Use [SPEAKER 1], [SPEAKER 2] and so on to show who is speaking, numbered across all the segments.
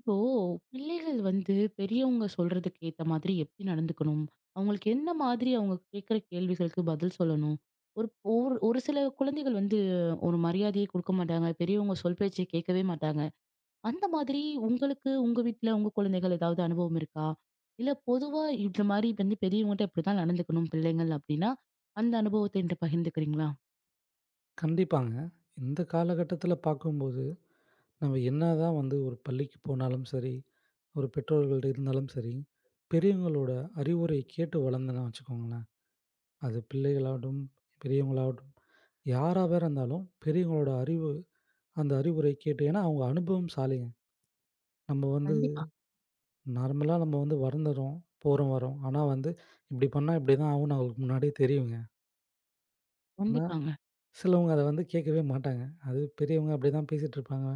[SPEAKER 1] இப்போ பிள்ளைகள் வந்து பெரியவங்க சொல்றதுக்கு ஏத்த மாதிரி எப்படி நடந்துக்கணும்? அவங்களுக்கு என்ன மாதிரி அவங்க கேட்கிற கேள்விகளுக்கு பதில் சொல்லணும்? ஒரு ஒரு ஒரு சில குழந்தைகள் வந்து ஒரு மரியாதையே குடுக்க மாட்டாங்க. பெரியவங்க சொல் பேச்சை கேட்கவே மாட்டாங்க. அந்த மாதிரி உங்களுக்கு உங்க வீட்ல உங்க குழந்தைகள் ஏதாவது அனுபவம் இருக்கா? இல்ல பொதுவா இந்த மாதிரி வந்து பெரியவங்ககிட்ட இப்படிதான் நடந்துக்கணும் பிள்ளைங்கள் அப்படின்னா, அந்த அனுபவத்த என்கிட்ட பகிர்ந்துக்கிறீங்களா?
[SPEAKER 2] கண்டிப்பாங்க. இந்த காலகட்டத்தில பார்க்கும்போது, நம்ம என்னதான் வந்து ஒரு பள்ளிக்கு போனாலும் சரி, ஒரு பெற்றோர்கள்ட்ட இருந்தாலும் சரி, பெரியவங்களோட அறிவுரை கேட்டு வளர்ந்தேன்னு வச்சுக்கோங்களேன். அது பிள்ளைகளாகட்டும், பெரியவங்களாகட்டும், யாரா வேற இருந்தாலும் பெரியவங்களோட அறிவு அந்த அறிவுரை கேட்டு ஏன்னா அவங்க அனுபவம்சாலிங்க. நம்ம வந்து
[SPEAKER 1] கண்டிப்பா.
[SPEAKER 2] நார்மலா நம்ம வந்து வளர்ந்துறோம், போறோம், வரோம். ஆனா வந்து இப்படி பண்ணா இப்படிதான் ஆகும்னு அவங்களுக்கு முன்னாடியே தெரியுங்க. ஆனா
[SPEAKER 1] கண்டிப்பாங்க.
[SPEAKER 2] சிலவங்க அத வந்து கேட்கவே மாட்டாங்க. அது பெரியவங்க அப்படிதான் பேசிட்டு இருப்பாங்க.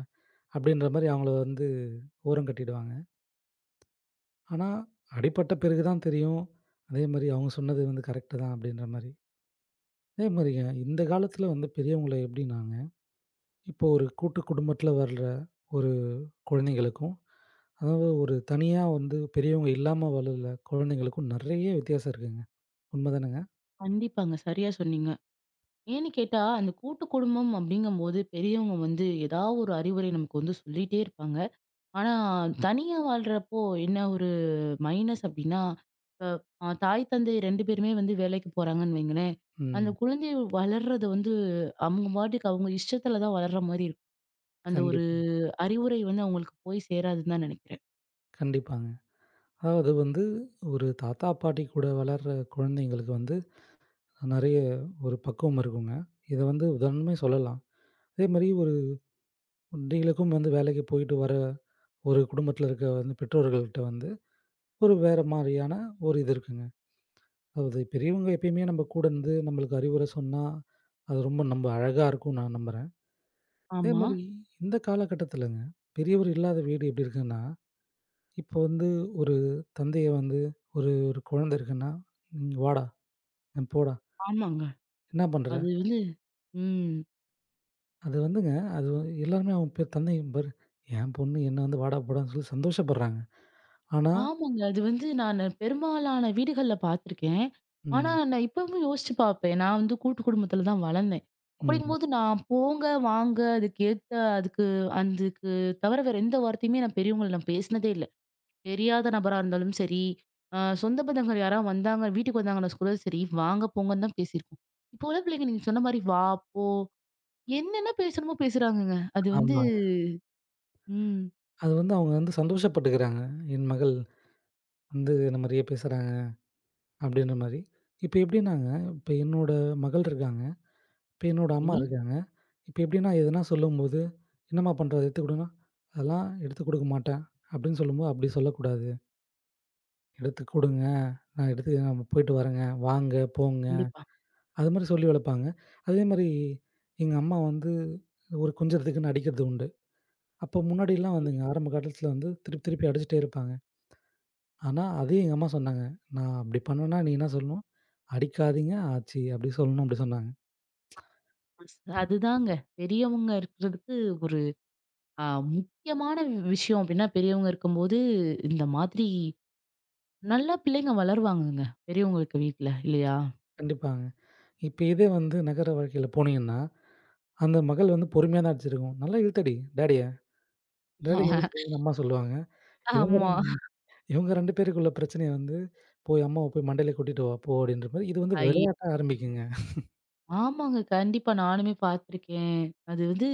[SPEAKER 2] அப்படின்ற மாரி அவங்கள வந்து ஓரம் கட்டிடுவாங்க. ஆனா, அடிபட்ட பிறகு தான் தெரியும். அதே மாரி அவங்க சொன்னது வந்து கரெக்ட்டு தான் அப்படின்ற மாரி. அதே மாரிங்க இந்த காலத்துல வந்து பெரியவங்கள எப்படின்னாங்க, இப்போ ஒரு கூட்டு குடும்பத்துல வர்ற ஒரு குழந்தைகளுக்கும், அதாவது ஒரு தனியா வந்து பெரியவங்க இல்லாம வளர்ற குழந்தைங்களுக்கும் நெறைய வித்தியாசம் இருக்குங்க. உண்மதானங்க?
[SPEAKER 1] கண்டிப்பாங்க. சரியா சொன்னீங்க. ஏன்னு கேட்டா, அந்த கூட்டு குடும்பம் அப்படிங்கும்போது, பெரியவங்க வந்து ஏதாவது ஒரு அறிவுரை நமக்கு வந்து சொல்லிட்டே இருப்பாங்க. ஆனா, தனியா வாழ்றப்போ என்ன ஒரு மைனஸ் அப்படின்னா, அ அ தாய், தந்தை 2 பேருமே வந்து வேலைக்கு போறாங்கன்னு வைங்களேன். அந்த
[SPEAKER 2] ம்.
[SPEAKER 1] குழந்தை வளர்றது வந்து அவங்க பாட்டுக்கு அவங்க இஷ்டத்துல தான் வளர்ற மாரி இருக்கும். அந்த ஒரு
[SPEAKER 2] கண்டிப்பா,
[SPEAKER 1] அறிவுரை வந்து அவங்களுக்கு போய் சேராதுன்னு தான் நெனைக்கிறேன்.
[SPEAKER 2] கண்டிப்பாங்க. அதாவது வந்து ஒரு தாத்தா, பாட்டி கூட வளர்ற குழந்தைங்களுக்கு வந்து நெறைய ஒரு பக்குவம் இருக்குங்க. இத வந்து உதாரணமே சொல்லலாம். அதே மாரி ஒரு நீங்களுக்கும் வந்து வேலைக்கு போயிட்டு வர ஒரு குடும்பத்தில இருக்க வந்து பெற்றோர்கள்ட்ட வந்து, ஒரு வேற மாரியான ஒரு இது இருக்குங்க. அதாவது பெரியவங்க எப்பயுமே நம்ம கூட இருந்து நம்மளுக்கு அறிவுரை சொன்னா, அது ரொம்ப நம்ம அழகா இருக்கும்னு நான் நம்புறேன். அதே
[SPEAKER 1] ஆமா.
[SPEAKER 2] மாரி இந்த காலகட்டத்திலங்க, பெரியவர் இல்லாத வீடு எப்படி இருக்குன்னா, இப்போ வந்து ஒரு தந்தைய வந்து ஒரு ஒரு குழந்தை இருக்குன்னா, "ம் வாடா, ம் போடா,
[SPEAKER 1] ஆமாங்க.
[SPEAKER 2] என்ன பண்ற?"
[SPEAKER 1] அது வந்து ம்.
[SPEAKER 2] அது வந்துங்க அது வந்து எல்லாருமே அவன் பேர் தந்தை பாரு, என் பொண்ணு என்ன வந்து வாடா, போடான்னு சொல்லி சந்தோஷப்படுறாங்க. ஆனா
[SPEAKER 1] ஆமாங்க. அது வந்து நானு பெரும்பாலான வீடுகள்ல பார்த்துருக்கேன். ஆனா,
[SPEAKER 2] ம்,
[SPEAKER 1] நான் இப்பவும் யோசிச்சு பார்ப்பேன். நான் வந்து கூட்டு குடும்பத்துல தான் வளர்ந்தேன்.
[SPEAKER 2] ம்.
[SPEAKER 1] அப்படிங்கும்போது நான் போங்க, வாங்க அதுக்கேத்த அதுக்கு அதுக்கு தவிர வேற எந்த வார்த்தையுமே நான் பெரியவங்கள நான் பேசினதே இல்ல. தெரியாத நபரா இருந்தாலும் சரி, சொந்த பந்தங்கள் யாராவது வந்தாங்க, வீட்டுக்கு வந்தாங்கன்னா கூட சரி, வாங்க, போங்கன்னு தான் பேசியிருக்கோம். இப்போ உள்ள பிள்ளைங்க நீங்க சொன்ன மாரி வா, போ என்னென்ன பேசணுமோ பேசுறாங்கங்க. அது வந்து
[SPEAKER 2] ஆமாங்க.
[SPEAKER 1] ம்.
[SPEAKER 2] அது வந்து அவங்க வந்து சந்தோஷப்பட்டுக்கிறாங்க. என் மகள் வந்து நிறைய பேசுறாங்க அப்படின்ற மாரி. இப்ப எப்படின்னாங்க, இப்ப என்னோட மகள் இருக்காங்க. இப்ப என்னோட அம்மா
[SPEAKER 1] சரி.
[SPEAKER 2] இருக்காங்க. இப்ப எப்படின்னா எதுனா சொல்லும்போது, "என்னம்மா பண்ற? எடுத்து குடுன்னா." "அதெல்லாம் எடுத்து குடுக்க மாட்டேன்." அப்படின்னு சொல்லும்போது, அப்படி சொல்லக்கூடாது. "எடுத்து குடுங்க. நான் எடுத்து நான் போயிட்டு வரேங்க. வாங்க, போங்க."
[SPEAKER 1] கண்டிப்பா.
[SPEAKER 2] அது மாரி சொல்லி வளர்ப்பாங்க. அதே மாரி எங்க அம்மா வந்து ஒரு கொஞ்சறதுக்குன்னு அடிக்கிறது உண்டு. அப்போ முன்னாடிலாம் வந்துங்க ஆரம்ப காலத்தில வந்து திருப்பி திருப்பி அடிச்சுட்டே இருப்பாங்க. ஆனா, அதே எங்க அம்மா சொன்னாங்க. நான் அப்படி பண்ணேன்னா, நீ என்ன சொல்லணும்? "அடிக்காதீங்க, ஆச்சி" அப்படி சொல்லணும் அப்படி சொன்னாங்க.
[SPEAKER 1] அதுதாங்க. பெரியவங்க இருக்கிறதுக்கு ஒரு ஆ முக்கியமான விஷயம் அப்டின்னா, பெரியவங்க இருக்கும்போது, இந்த மாதிரி நல்லா பிள்ளைங்க வளருவாங்கங்க. பெரியவங்க இருக்க வீட்ல இல்லையா?
[SPEAKER 2] கண்டிப்பாங்க. இப்ப இதே வந்து நகர வாழ்க்கையில போனீங்கன்னா, அந்த மகள் வந்து பொறுமையா தான் அடிச்சிருக்கும். "நல்லா இழுத்தடி டாடிய, டாடிய இழுத்துடின்னு" அம்மா சொல்லுவாங்க. இவங்க
[SPEAKER 1] ஆமா.
[SPEAKER 2] 2 இவங்க 2 பேருக்குள்ள பிரச்சனைய வந்து, "போய் அம்மாவ போய் மண்டையில கொட்டிட்டு வா போ" அப்படின்ற மாரி இது வந்து
[SPEAKER 1] ஐய.
[SPEAKER 2] விளையாட்டா ஆரம்பிக்குங்க.
[SPEAKER 1] ஆமாங்க. கண்டிப்பா நானுமே பார்த்துருக்கேன். அது வந்து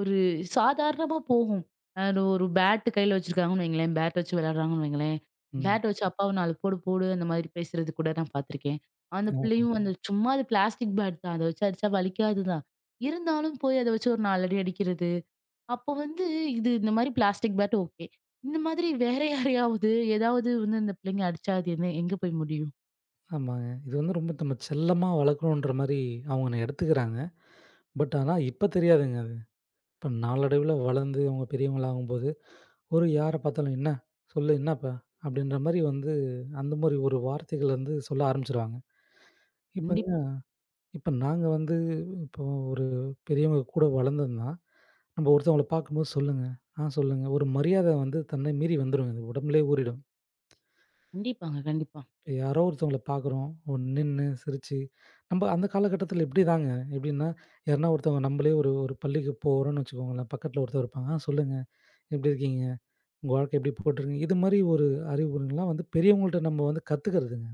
[SPEAKER 1] ஒரு சாதாரணமா போகும். அது ஒரு பேட் கையில வச்சிருக்காங்கன்னு வைங்களேன், பேட் வச்சு விளையாடுறாங்கன்னு வைங்களேன்,
[SPEAKER 2] ம்.
[SPEAKER 1] பேட் வச்சு அப்பாவ 4 போடு போடு அந்த மாதிரி பேசுறது கூட நான் பார்த்துருக்கேன். அந்த
[SPEAKER 2] ஆ-
[SPEAKER 1] பிள்ளையும் அந்த சும்மா அது பிளாஸ்டிக் பேட் தான். அத வச்சு அடிச்சா வலிக்காது தான். இருந்தாலும் போய் அத வச்சு ஒரு 4 அடி அடிக்கிறது. அப்போ வந்து இது இந்த மாதிரி பிளாஸ்டிக் பேட் ஓகே. இந்த மாதிரி வேற யாரையாவது, ஏதாவது வந்து இந்த பிள்ளைங்க அடிச்சா அது என்ன எங்க போய் முடியும்?
[SPEAKER 2] ஆமாங்க. இது வந்து ரொம்ப நம்ம செல்லமா வளர்க்கணுன்ற மாரி அவங்க எடுத்துக்கிறாங்க. பட் ஆனா இப்ப தெரியாதுங்க அது. இப்ப நாளடைவுல வளர்ந்து அவங்க பெரியவங்களா ஆகும்போது ஒரு யார பார்த்தாலும், "என்ன? சொல்லு என்னப்பா?" அப்படின்ற மாரி வந்து, அந்த மாரி ஒரு வார்த்தைகள் வந்து சொல்ல ஆரம்பிச்சுருவாங்க. இப்ப
[SPEAKER 1] கண்டிப்பா.
[SPEAKER 2] இப்ப நாங்க வந்து இப்போ ஒரு பெரியவங்க கூட வளர்ந்ததுன்னா, நம்ம ஒருத்தவங்கள பார்க்கும்போது சொல்லுங்க, ஆ சொல்லுங்க, ஒரு மரியாதை வந்து தன்னை மீறி வந்துரும். அது உடம்புலயே ஊறிடும்.
[SPEAKER 1] கண்டிப்பாங்க. கண்டிப்பா.
[SPEAKER 2] இப்ப யாரோ ஒருத்தவங்கள பார்க்குறோம், நின்னு சிரிச்சு நம்ம அந்த காலகட்டத்தில இப்படிதாங்க. எப்படின்னா, யாருன்னா ஒருத்தவங்க நம்மளே ஒரு ஒரு பள்ளிக்கு போறோம்னு வச்சுக்கோங்களேன், பக்கத்தில ஒருத்தர் இருப்பாங்க, ஆ சொல்லுங்க, எப்படி இருக்கீங்க? உங்க வாழ்க்கை இப்படி போட்டிருக்கீங்க. இது மாரி ஒரு அறிவுரைலாம் வந்து பெரியவங்கள்ட்ட நம்ம வந்து கத்துக்கிறதுங்க.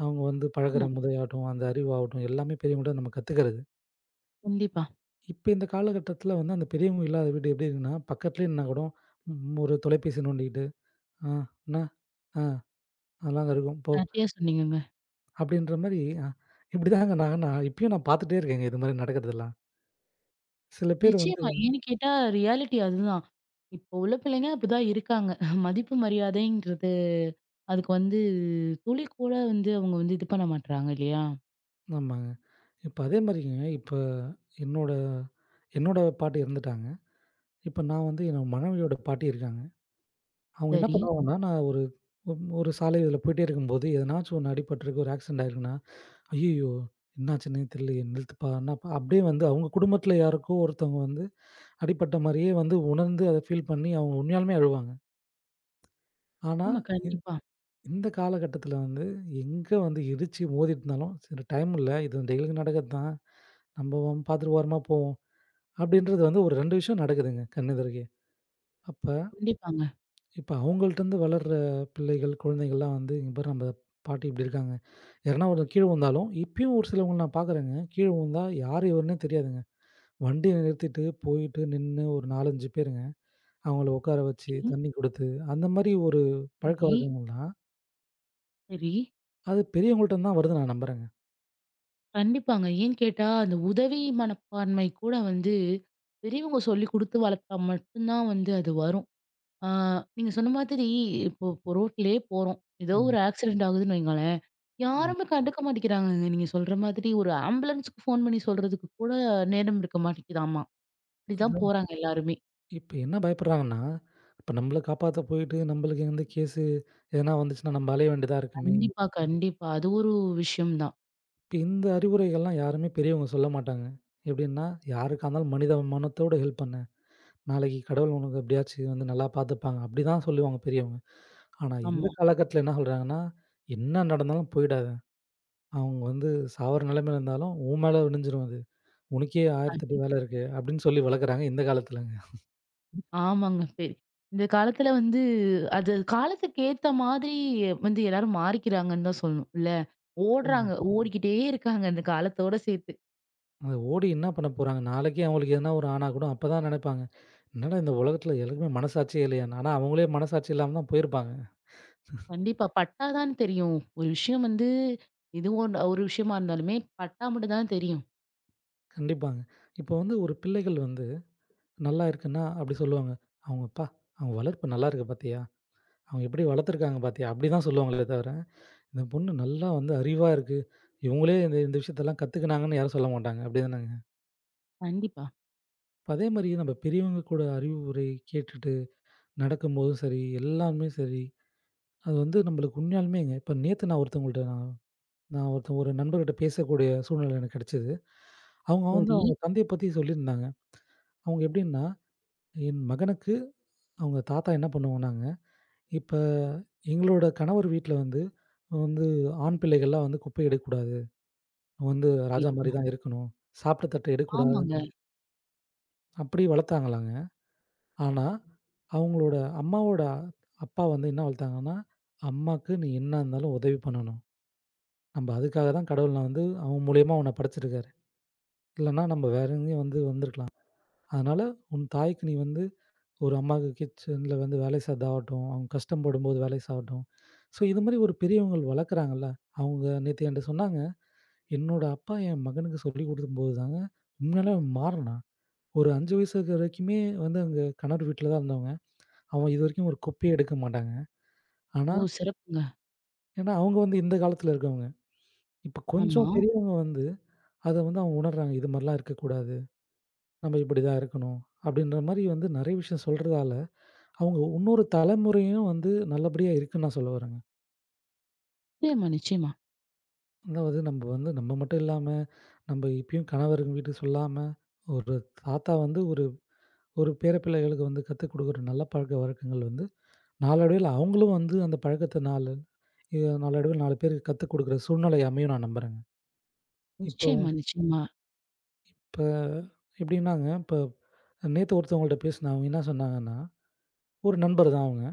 [SPEAKER 2] அவங்க வந்து பழகுற
[SPEAKER 1] ஆமா.
[SPEAKER 2] முறையாகட்டும், அந்த அறிவாகட்டும் எல்லாமே பெரியவங்கள்ட்ட நம்ம கத்துக்கிறது.
[SPEAKER 1] கண்டிப்பா.
[SPEAKER 2] இப்ப இந்த காலகட்டத்தில வந்து அந்த பெரியவங்க இல்லாத வீடு எப்படி இருக்குன்னா, பக்கத்திலேயே நின்னா கூட ம் ஒரு தொலைபேசி நோண்டிக்கிட்டு, "ஆ என்னா? ஆ அதெல்லாம் அங்க இருக்கும். போ"
[SPEAKER 1] சரியா சொன்னீங்கங்க.
[SPEAKER 2] அப்படின்ற மாரி அ இப்படிதாங்க நான் நான் இப்பயும் நான் பார்த்துட்டே இருக்கேங்க இது மாரி நடக்கிறதெல்லாம். சில பேர் வந்து
[SPEAKER 1] நிச்சயமா. ஏன்னு கேட்டா ரியாலிட்டி அதுதான். இப்போ உள்ள பிள்ளைங்க அப்படிதான் இருக்காங்க. மதிப்பு மரியாதைங்கிறது அதுக்கு வந்து துளி கூட வந்து அவங்க வந்து இது பண்ண மாட்றாங்க இல்லையா?
[SPEAKER 2] ஆமாங்க. இப்ப அதே மாரிங்க இப்ப என்னோட என்னோட பாட்டி இறந்துட்டாங்க. இப்ப நான் வந்து என்னோட மனைவியோட பாட்டி இருக்காங்க. அவங்க என்ன
[SPEAKER 1] சரி.
[SPEAKER 2] பண்ணுவாங்கன்னா, நான் ஒரு ஒரு ஒரு சாலை இதில போயிட்டே இருக்கும்போது, எதனாச்சும் ஒண்ணு அடிபட்டுருக்கு, ஒரு ஆக்சிடென்ட் ஆயிருக்குன்னா, "ஐய்யய்யோ! என்னாச்சுன்னே தெரியலையே, நிறுத்துப்பா" என்னப்பா அப்படியே வந்து அவங்க குடும்பத்தில யாருக்கோ ஒருத்தவங்க வந்து அடிபட்ட மாரியே வந்து உணர்ந்து அத ஃபீல் பண்ணி அவங்க உண்மையாலுமே அழுவாங்க. ஆனா,
[SPEAKER 1] ஆமா.
[SPEAKER 2] இந்
[SPEAKER 1] கண்டிப்பா.
[SPEAKER 2] இந்த காலகட்டத்தில வந்து எங்க வந்து இடிச்சு மோதிட்டுருந்தாலும், "சரி டைம் இல்ல. இது டெய்லிக்கும் நடக்கிறது தான். நம்ம பாத்துட்டு ஓரமா போவோம்." அப்படின்றது வந்து ஒரு 2 விஷயம் நடக்குதுங்க கண்ணெதிர்யே. அப்ப
[SPEAKER 1] கண்டிப்பாங்க.
[SPEAKER 2] இப்ப அவங்கள்ட்டருந்து வளர்ற பிள்ளைகள், குழந்தைகள்லாம் வந்து, "இங்க பாரு நம்ம பாட்டி இப்படி இருக்காங்க." யாருன்னா ஒரு கீழ விழுந்தாலும், இப்பயும் ஒரு சிலவங்கள நான் பார்க்குறேங்க. கீழ விழுந்தா யார் இவருன்னே தெரியாதுங்க. வண்டிய நிறுத்திட்டு, போயிட்டு நின்னு ஒரு 4, 5 பேருங்க. அவங்கள உட்கார வச்சு, தண்ணி குடுத்து, அந்த மாரி ஒரு
[SPEAKER 1] சரி.
[SPEAKER 2] பழக்கவழக்கங்கள்லாம்,
[SPEAKER 1] சரி.
[SPEAKER 2] அது பெரியவங்கள்ட்டருந்து தான் வருதுன்னு நான் நம்புறேங்க.
[SPEAKER 1] கண்டிப்பாங்க. ஏன்னு கேட்டா, அந்த உதவி மனப்பான்மை கூட வந்து பெரியவங்க சொல்லிக் குடுத்து வளர்த்தா மட்டும்தான் வந்து அது வரும். ஆ நீங்க சொன்ன மாதிரி இப்போ இப்போ ரோட்லயே போறோம். ஏதோ
[SPEAKER 2] ம்,
[SPEAKER 1] ஒரு ஆக்சிடென்ட் ஆகுதுன்னு வைங்களேன்,
[SPEAKER 2] ம்.
[SPEAKER 1] யாருமே கண்டுக்க மாட்டேங்கிறாங்கங்க. நீங்க சொல்ற மாதிரி ஒரு ஆம்புலன்ஸ்க்கு ஃபோன் பண்ணி சொல்றதுக்கு கூட நேரம் இருக்க மாட்டேங்குதாமா. இப்படிதான்
[SPEAKER 2] அதான்
[SPEAKER 1] போறாங்க எல்லாருமே.
[SPEAKER 2] இப்ப என்ன பயப்படுறாங்கன்னா, இப்ப நம்மள காப்பாத்த போயிட்டு, நம்மளுக்கு வந்து கேஸு எதனா வந்துச்சுன்னா, நம்ம அலைய வேண்டியதா இருக்குமே!
[SPEAKER 1] கண்டிப்பா, கண்டிப்பா. அது ஒரு விஷயம் தான்.
[SPEAKER 2] இந்த அறிவுரைகள்லாம் யாருமே பெரியவங்க சொல்ல மாட்டாங்க. எப்படின்னா, யாருக்கா இருந்தாலும் மனித மனத்தோட ஹெல்ப் பண்ணு. நாளைக்கு கடவுள் உனக்கு எப்படியாச்சும் வந்து நல்லா பார்த்துப்பாங்க. அப்படிதான் சொல்லுவாங்க பெரியவங்க. ஆனா இந்த
[SPEAKER 1] ஆமா.
[SPEAKER 2] காலகட்டத்தில என்ன சொல்றாங்கன்னா, என்ன நடந்தாலும் போயிடாத. அவங்க வந்து சாவுற நிலைமையில இருந்தாலும், உன் மேல விடிஞ்சிரும் அது. உனக்கே 1008 வேலை
[SPEAKER 1] கண்டிப்பா.
[SPEAKER 2] இருக்கு அப்படின்னு சொல்லி வளர்க்குறாங்க இந்த காலத்துலங்க.
[SPEAKER 1] ஆமாங்க. சரி. இந்த காலத்துல வந்து அது காலத்துக்கு ஏத்த மாதிரி வந்து எல்லாரும் மாறிக்கிறாங்கன்னு தான் சொல்லணும். இல்ல ஓடுறாங்க. ஓடிக்கிட்டே இருக்காங்க இந்த காலத்தோட சேர்த்து.
[SPEAKER 2] அத ஓடி என்ன பண்ண போறாங்க? நாளைக்கே அவங்களுக்கு எதனா ஒரு ஆனா கூட அப்பதான் நினைப்பாங்க. என்னடா இந்த உலகத்தில எல்லாருக்குமே மனசாட்சியே இல்லையான்னு. ஆனா அவங்களே மனசாட்சி இல்லாம தான் போயிருப்பாங்க.
[SPEAKER 1] கண்டிப்பா பட்டா தான் தெரியும். ஒரு விஷயம் வந்து இது ஒரு விஷயமா இருந்தாலுமே பட்டா மட்டும் தான் தெரியும்.
[SPEAKER 2] கண்டிப்பாங்க. இப்போ வந்து ஒரு பிள்ளைகள் வந்து நல்லா இருக்குன்னா, அப்படி சொல்லுவாங்க. அவங்க "அப்பா! அவங்க வளர்ப்பு நல்லா இருக்கு பாத்தியா? அவங்க எப்படி வளர்த்துருக்காங்க பாத்தியா?" அப்படிதான் சொல்லுவாங்களே தவிர, "இந்த பொண்ணு நல்லா வந்து அறிவா இருக்கு. இவங்களே இந்த இந்த விஷயத்தெல்லாம் கத்துக்கினாங்கன்னு" யாரும் சொல்ல மாட்டாங்க. அப்படிதானங்க.
[SPEAKER 1] கண்டிப்பா.
[SPEAKER 2] இப்ப அதே மாரி நம்ம பெரியவங்க கூட அறிவுரை கேட்டுட்டு நடக்கும்போதும் சரி, எல்லாமே சரி, அது வந்து நம்மளுக்கு உண்மையாலுமேங்க இப்ப நேத்து நான் ஒருத்தவங்கள்ட்ட நான் நான் ஒருத்தன் ஒரு நண்பர்கிட்ட பேசக்கூடிய சூழ்நிலை எனக்கு கிடைச்சது. அவங்க வந்து
[SPEAKER 1] சரி.
[SPEAKER 2] அவங்க தந்தைய பத்தி சொல்லியிருந்தாங்க. அவங்க எப்படின்னா, என் மகனுக்கு அவங்க தாத்தா என்ன பண்ணுவாங்கன்னாங்க இப்ப எங்களோட கணவர் வீட்ல வந்து வந்து ஆண் பிள்ளைகள்லாம் வந்து குப்பை எடுக்கக்கூடாது. அவன் வந்து ராஜா
[SPEAKER 1] அப்படியா?
[SPEAKER 2] மாரி தான் இருக்கணும். சாப்பிட்ட தட்ட
[SPEAKER 1] ஆமாங்க.
[SPEAKER 2] எடுக்கக்கூடாதுன்னு அப்படி வளர்த்தாங்களாங்க. ஆனா, அவங்களோட அம்மாவோட அப்பா வந்து என்ன வளர்த்தாங்கன்னா, "அம்மாக்கு நீ என்ன இருந்தாலும் உதவி பண்ணணும். நம்ப அதுக்காக தான் கடவுள் நான் வந்து அவன் மூலியமா உன்ன படைச்சிருக்காரு. இல்லன்னா நம்ப வேற எங்கேயும் வந்து வந்திருக்கலாம். அதனால உன் தாய்க்கு நீ வந்து ஒரு அம்மாவுக்கு கிச்சன்ல வந்து வேலை சாதாகட்டும், அவங்க கஷ்டப்படும்போது வேலை சாகட்டும். ஸோ இது மாரி ஒரு பெரியவங்கள் வளர்க்குறாங்கல்ல, அவங்க நேத்து என்ட்ட சொன்னாங்க, "என்னோட அப்பா என் மகனுக்கு சொல்லிக் குடுக்கும்போது தாங்க உண்மையிலே அவன் மாறுனான். ஒரு 5 வயசு இருக்கிற வரைக்குமே வந்து அவங்க கணவர் வீட்ல தான் இருந்தவங்க. அவன் இதுவரைக்கும் ஒரு குப்பையே எடுக்க மாட்டாங்க." ஆனா,
[SPEAKER 1] ஓ! சிறப்புங்க.
[SPEAKER 2] ஏன்னா அவங்க வந்து இந்த காலத்துல இருக்கவங்க. இப்ப
[SPEAKER 1] ஆமா.
[SPEAKER 2] கொஞ்சம் பெரியவங்க வந்து அத வந்து அவங்க உணர்றாங்க. இது மாரிலாம் இருக்கக்கூடாது. நம்ம இப்படிதான் இருக்கணும். அப்படின்ற மாரி வந்து நெறைய விஷயம் சொல்றதால, அவங்க இன்னொரு தலைமுறையும் வந்து நல்லபடியா இருக்குன்னு நான் சொல்ல வரேங்க.
[SPEAKER 1] நிச்சயமா, நிச்சயமா.
[SPEAKER 2] அதாவது நம்ப வந்து நம்ம மட்டும் இல்லாம, நம்ப இப்பயும் கணவர் வீட்டுக்கு சொல்லாம, ஒரு தாத்தா வந்து ஒரு ஒரு பேர பிள்ளைகளுக்கு வந்து கத்துக் குடுக்குற நல்ல பழக்கவழக்கங்கள் வந்து, நாளடைவில அவங்களும் வந்து அந்த பழக்கத்த நாலு இ நாளடைவில 4 பேருக்கு கத்துக் குடுக்குற சூழ்நிலை அமையும் நான் நம்புறேங்க. இப்போ
[SPEAKER 1] நிச்சயமா, நிச்சயமா.
[SPEAKER 2] இப்ப எப்படின்னாங்க, இப்ப நேத்து ஒருத்தவங்கள்ட்ட பேசினேன். அவங்க என்ன சொன்னாங்கன்னா, ஒரு நண்பர் தான் அவங்க.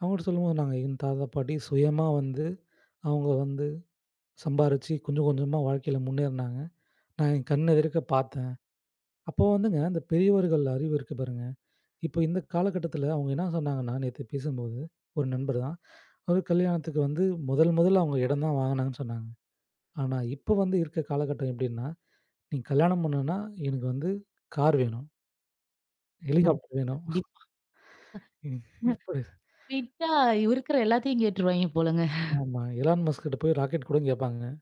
[SPEAKER 2] அவங்கட்ட சொல்லும்போது நாங்க எங்க தாத்தா, பாட்டி சுயமா வந்து அவங்க வந்து சம்பாரிச்சு கொஞ்சம் கொஞ்சமா வாழ்க்கையில முன்னேறுனாங்க. நான் என் கண் எதிர்க்க பார்த்தேன். அப்போ வந்துங்க, அந்த பெரியவர்கள் அறிவு இருக்கு பாருங்க. இப்போ இந்த காலகட்டத்தில அவங்க என்ன சொன்னாங்கன்னா, நேத்து பேசும்போது ஒரு நண்பர் தான். ஒரு கல்யாணத்துக்கு வந்து முதல் முதல்ல அவங்க இடம் தான் வாங்குனாங்கன்னு சொன்னாங்க. ஆனா, இப்போ வந்து இருக்க காலகட்டம் எப்படின்னா, "நீங்க கல்யாணம் பண்ணணும்னா எனக்கு வந்து கார் வேணும்,
[SPEAKER 1] ஆமா,
[SPEAKER 2] ஹெலிகாப்டர் வேணும்."
[SPEAKER 1] கண்டிப்பா.
[SPEAKER 2] இப்படி
[SPEAKER 1] விட்டா இருக்கிற எல்லாத்தையும் கேட்டுருவாய்ங்க போலங்க.
[SPEAKER 2] ஆமா. எலான் மஸ்க் கிட்ட போய் ராக்கெட் கூடன்னு கேட்பாங்க.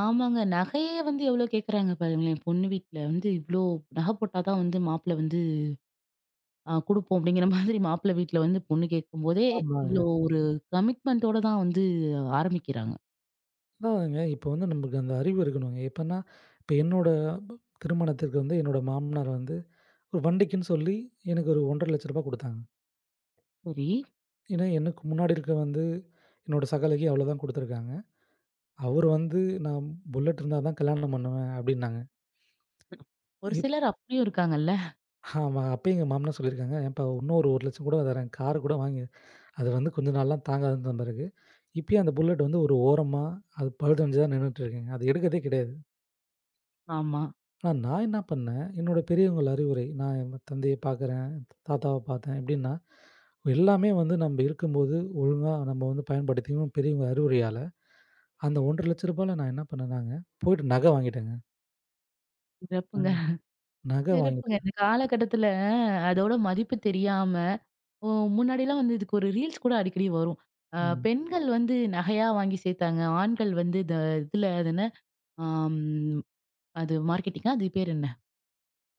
[SPEAKER 1] ஆமாங்க. நகையே வந்து எவ்ளோ கேட்குறாங்க பாருங்களேன். பொண்ணு வீட்ல வந்து இவ்ளோ நகை போட்டா தான் வந்து மாப்பிள வந்து குடுப்போம் அப்படிங்கிற மாதிரி மாப்பிள வீட்ல வந்து பொண்ணு கேட்கும்போதே,
[SPEAKER 2] ஆமாங்க.
[SPEAKER 1] இவ்ளோ ஒரு கமிட்மென்ட்டோட தான் வந்து ஆரம்பிக்கிறாங்க.
[SPEAKER 2] அதாங்க இப்போ வந்து நமக்கு அந்த அறிவு இருக்கணுங்க. எப்பன்னா, இப்போ என்னோட திருமணத்திற்கு வந்து என்னோட மாமனார் வந்து ஒரு வண்டிக்குன்னு சொல்லி எனக்கு ஒரு ரூ. 1,50,000 குடுத்தாங்க.
[SPEAKER 1] சரி.
[SPEAKER 2] ஏன்னா, எனக்கு முன்னாடி இருக்க வந்து என்னோட சகாலைக்கு அவ்வளோதான் குடுத்துருக்காங்க. அவரு வந்து நான் புல்லட் இருந்தா தான் கல்யாணம் பண்ணுவேன் அப்டின்னாங்க.
[SPEAKER 1] ஒரு
[SPEAKER 2] இப்
[SPEAKER 1] சிலர் அப்படியும் இருக்காங்கல்ல.
[SPEAKER 2] ஆமா. அப்பயே எங்க மாமனார் சொல்லியிருக்காங்க, "ஏன்ப்பா இன்னும் ஒரு 1,00,000 கூட தரேன். கார் கூட வாங்கு. அது வந்து கொஞ்ச நாள்லாம் தாங்காதுன்ன பிறகு, இப்பயே அந்த புல்லட் வந்து ஒரு ஓரமா அது பழுதடைஞ்சு தான் நின்னுட்டு இருக்குங்க. அது எடுக்கிறதே கிடையாது."
[SPEAKER 1] ஆமா.
[SPEAKER 2] ஆனா நான் என்ன பண்ணேன், என்னோட பெரியவங்கள் அறிவுரை, நான் என் தந்தைய பார்க்குறேன், தாத்தாவ பார்த்தேன் எப்டின்னா, எல்லாமே வந்து நம்ப இருக்கும்போது ஒழுங்கா நம்ம வந்து பயன்படுத்திக்கணும் பெரியவங்க அறிவுரையால அந்த ரூ. 1,50,000ல நான் என்ன பண்ணேனாங்க, போயிட்டு நகை வாங்கிட்டேங்க.
[SPEAKER 1] சிறப்புங்க.
[SPEAKER 2] ம். நகை
[SPEAKER 1] சிறப்புங்க.
[SPEAKER 2] வாங்கிட்டு
[SPEAKER 1] இந்த காலகட்டத்துல அதோட மதிப்பு தெரியாம, ஓ முன்னாடிலாம் வந்து இதுக்கு ஒரு ரீல்ஸ் கூட அடிக்கடி வரும். அ
[SPEAKER 2] ம்.
[SPEAKER 1] பெண்கள் வந்து நகையா வாங்கி சேர்த்தாங்க. ஆண்கள் வந்து இந்த இதுல அது என்ன? ஆம் அது மார்க்கெட்டிங்கா? அது பேர் என்ன?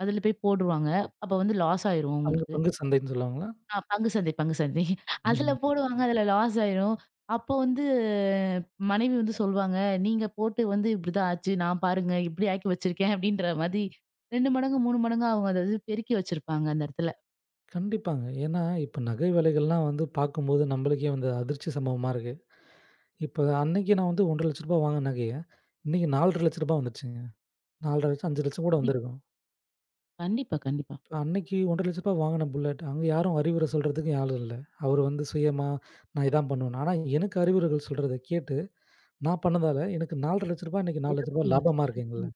[SPEAKER 1] அதுல போய் போடுவாங்க. அப்ப வந்து லாஸ் ஆயிரும்
[SPEAKER 2] அங்க
[SPEAKER 1] அவங்களுக்கு.
[SPEAKER 2] பங்கு சந்தைன்னு சொல்லுவாங்களா?
[SPEAKER 1] ஆ, பங்கு சந்தை, பங்கு சந்தை. அதுல
[SPEAKER 2] ம்.
[SPEAKER 1] போடுவாங்க. அதுல லாஸ் ஆயிரும். அப்போ வந்து மனைவி வந்து சொல்வாங்க, "நீங்க போட்டு வந்து இப்படிதான் ஆச்சு. நான் பாருங்க இப்படி ஆக்கி வச்சிருக்கேன்." அப்படின்ற மாதிரி 2 மடங்கு, 3 மடங்கா அவங்க அத பெருக்கி வச்சிருப்பாங்க அந்த இடத்துல.
[SPEAKER 2] கண்டிப்பாங்க. ஏன்னா, இப்ப நகை விலைகள்லாம் வந்து பார்க்கும்போது நம்மளுக்கே வந்து அதிர்ச்சி சம்பவமா இருக்கு. இப்ப அன்னைக்கு நான் வந்து ரூ. 1,50,000 வாங்கின நகைய, இன்னைக்கு ரூ. 4,50,000 வந்துருச்சுங்க. 4,500,000 5,00,000 கூட
[SPEAKER 1] கண்டிப்பா,
[SPEAKER 2] வந்திருக்கும்.
[SPEAKER 1] கண்டிப்பா, கண்டிப்பா.
[SPEAKER 2] இப்ப அன்னைக்கு ரூ. 1,50,000 வாங்கின புல்லட், அங்க யாரும் அறிவுரை சொல்றதுக்கு யாரும் இல்ல. அவரு வந்து சுயமா, நான் இதான் பண்ணுவேன். ஆனா எனக்கு அறிவுரைகள் சொல்றத கேட்டு, நான் பண்ணதால எனக்கு ரூ. 4,50,000 இன்னைக்கு ரூ. 4,00,000
[SPEAKER 1] சிறப்புங்க,
[SPEAKER 2] லாபமா இருக்குங்க.
[SPEAKER 1] சிறப்புங்க.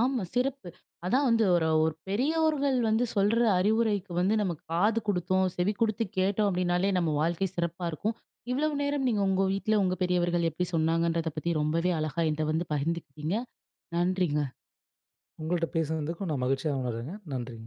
[SPEAKER 1] ஆமா, சிறப்பு. அதான் வந்து ஒரு ஒரு பெரியவர்கள் வந்து சொல்ற அறிவுரைக்கு வந்து நம்ம காது குடுத்தோம், செவி குடுத்து கேட்டோம் அப்படின்னாலே நம்ம வாழ்க்கை சிறப்பா இருக்கும். இவ்வளவு நேரம் நீங்க உங்க வீட்ல உங்க பெரியவர்கள் எப்படி சொன்னாங்கன்றத பத்தி ரொம்பவே அழகா என்ட்ட வந்து பகிர்ந்துக்கிட்டீங்க. நன்றிங்க.
[SPEAKER 2] உங்கள்ட்ட பேசுனதுக்கும் நான் மகிழ்ச்சியா உணர்றேங்க. நன்றி.